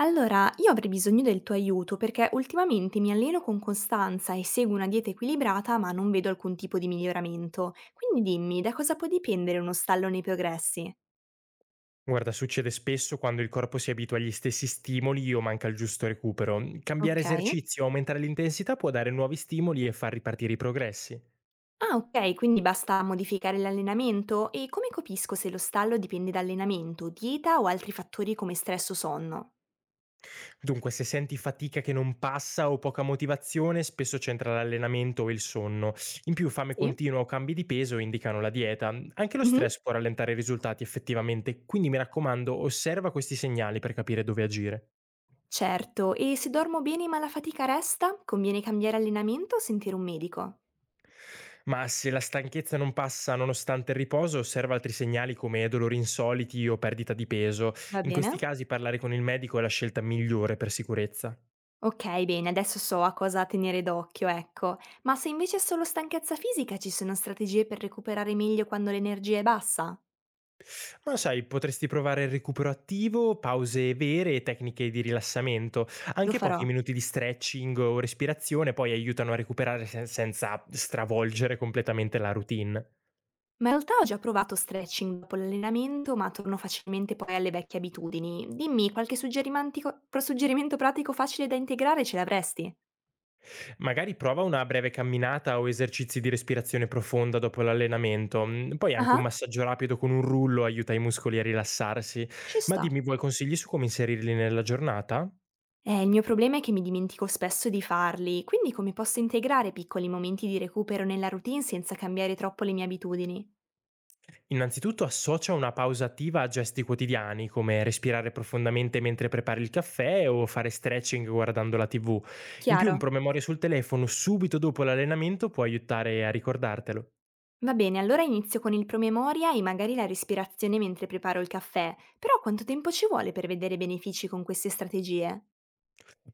Allora, io avrei bisogno del tuo aiuto perché ultimamente mi alleno con costanza e seguo una dieta equilibrata, ma non vedo alcun tipo di miglioramento. Quindi dimmi, da cosa può dipendere uno stallo nei progressi? Guarda, succede spesso quando il corpo si abitua agli stessi stimoli o manca il giusto recupero. Cambiare Ok. esercizio o aumentare l'intensità può dare nuovi stimoli e far ripartire i progressi. Ah, ok, quindi basta modificare l'allenamento? E come capisco se lo stallo dipende da allenamento, dieta o altri fattori come stress o sonno? Dunque, se senti fatica che non passa o poca motivazione, spesso c'entra l'allenamento e il sonno. In più, fame Sì. continua o cambi di peso indicano la dieta. Anche lo Mhm. stress può rallentare i risultati effettivamente, quindi mi raccomando, osserva questi segnali per capire dove agire. Certo, e se dormo bene ma la fatica resta, conviene cambiare allenamento o sentire un medico? Ma se la stanchezza non passa nonostante il riposo, osserva altri segnali come dolori insoliti o perdita di peso. Va In bene? questi casi parlare con il medico è la scelta migliore per sicurezza. Okay, bene, adesso so a cosa tenere d'occhio, ecco. Ma se invece è solo stanchezza fisica, ci sono strategie per recuperare meglio quando l'energia è bassa? Ma sai, potresti provare il recupero attivo, pause vere e tecniche di rilassamento. Lo Anche farò. pochi minuti di stretching o respirazione poi aiutano a recuperare senza stravolgere completamente la routine. Ma in realtà ho già provato stretching dopo l'allenamento, ma torno facilmente poi alle vecchie abitudini. Dimmi, qualche suggerimento pratico facile da integrare ce l'avresti? Magari prova una breve camminata o esercizi di respirazione profonda dopo l'allenamento. Poi anche un Ah, massaggio rapido con un rullo aiuta i muscoli a rilassarsi. ci Ma sta. dimmi, vuoi consigli su come inserirli nella giornata? Il mio problema è che mi dimentico spesso di farli, quindi come posso integrare piccoli momenti di recupero nella routine senza cambiare troppo le mie abitudini? Innanzitutto associa una pausa attiva a gesti quotidiani, come respirare profondamente mentre prepari il caffè o fare stretching guardando la TV. In più, un Chiaro. promemoria sul telefono subito dopo l'allenamento può aiutare a ricordartelo. Va bene, allora inizio con il promemoria e magari la respirazione mentre preparo il caffè, però quanto tempo ci vuole per vedere benefici con queste strategie?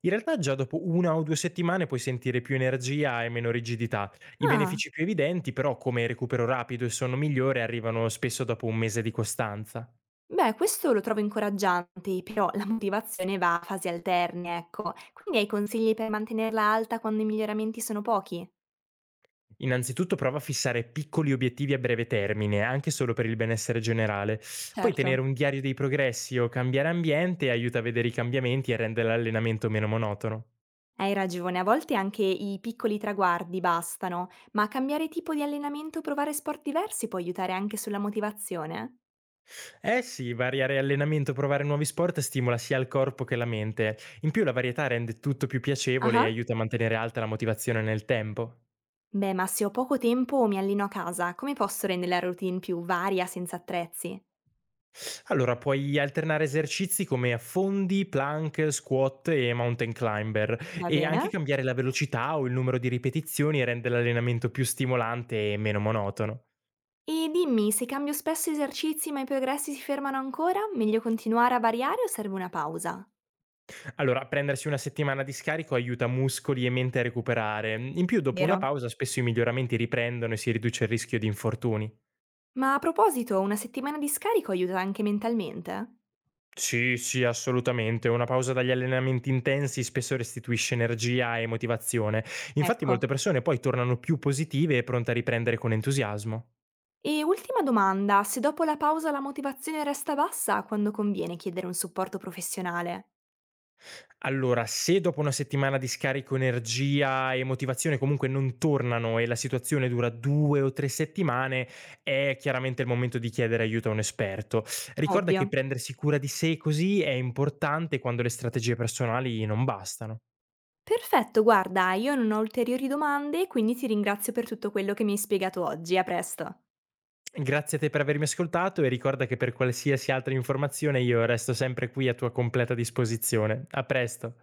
In realtà già dopo 1 o 2 settimane puoi sentire più energia e meno rigidità. I Ah, benefici più evidenti, però, come recupero rapido e sonno migliore, arrivano spesso dopo un mese di costanza. beh, questo lo trovo incoraggiante, però la motivazione va a fasi alterne, ecco. Quindi hai consigli per mantenerla alta quando i miglioramenti sono pochi? Innanzitutto prova a fissare piccoli obiettivi a breve termine, anche solo per il benessere generale. Poi Certo. tenere un diario dei progressi o cambiare ambiente aiuta a vedere i cambiamenti e rende l'allenamento meno monotono. Hai ragione, a volte anche i piccoli traguardi bastano, ma cambiare tipo di allenamento o provare sport diversi può aiutare anche sulla motivazione? Eh sì, variare allenamento o provare nuovi sport stimola sia il corpo che la mente. In più la varietà rende tutto più piacevole e Ah. aiuta a mantenere alta la motivazione nel tempo. Beh, ma se ho poco tempo o mi alleno a casa, come posso rendere la routine più varia senza attrezzi? Allora puoi alternare esercizi come fondi, plank, squat e mountain climber Va e bene? anche cambiare la velocità o il numero di ripetizioni rende l'allenamento più stimolante e meno monotono. E dimmi, se cambio spesso esercizi ma i progressi si fermano ancora, meglio continuare a variare o serve una pausa? Allora, prendersi una settimana di scarico aiuta muscoli e mente a recuperare. In più, dopo una Vero. pausa, spesso i miglioramenti riprendono e si riduce il rischio di infortuni. Ma a proposito, una settimana di scarico aiuta anche mentalmente? Sì, sì, assolutamente. Una pausa dagli allenamenti intensi spesso restituisce energia e motivazione. Infatti Ecco. molte persone poi tornano più positive e pronte a riprendere con entusiasmo. E ultima domanda, se dopo la pausa la motivazione resta bassa, quando conviene chiedere un supporto professionale? Allora, se dopo una settimana di scarico energia e motivazione comunque non tornano e la situazione dura 2 o 3 settimane, è chiaramente il momento di chiedere aiuto a un esperto. Ricorda che Ovvio. prendersi cura di sé così è importante quando le strategie personali non bastano. Perfetto, guarda, io non ho ulteriori domande, quindi ti ringrazio per tutto quello che mi hai spiegato oggi. A presto. Grazie a te per avermi ascoltato e ricorda che per qualsiasi altra informazione io resto sempre qui a tua completa disposizione. A presto.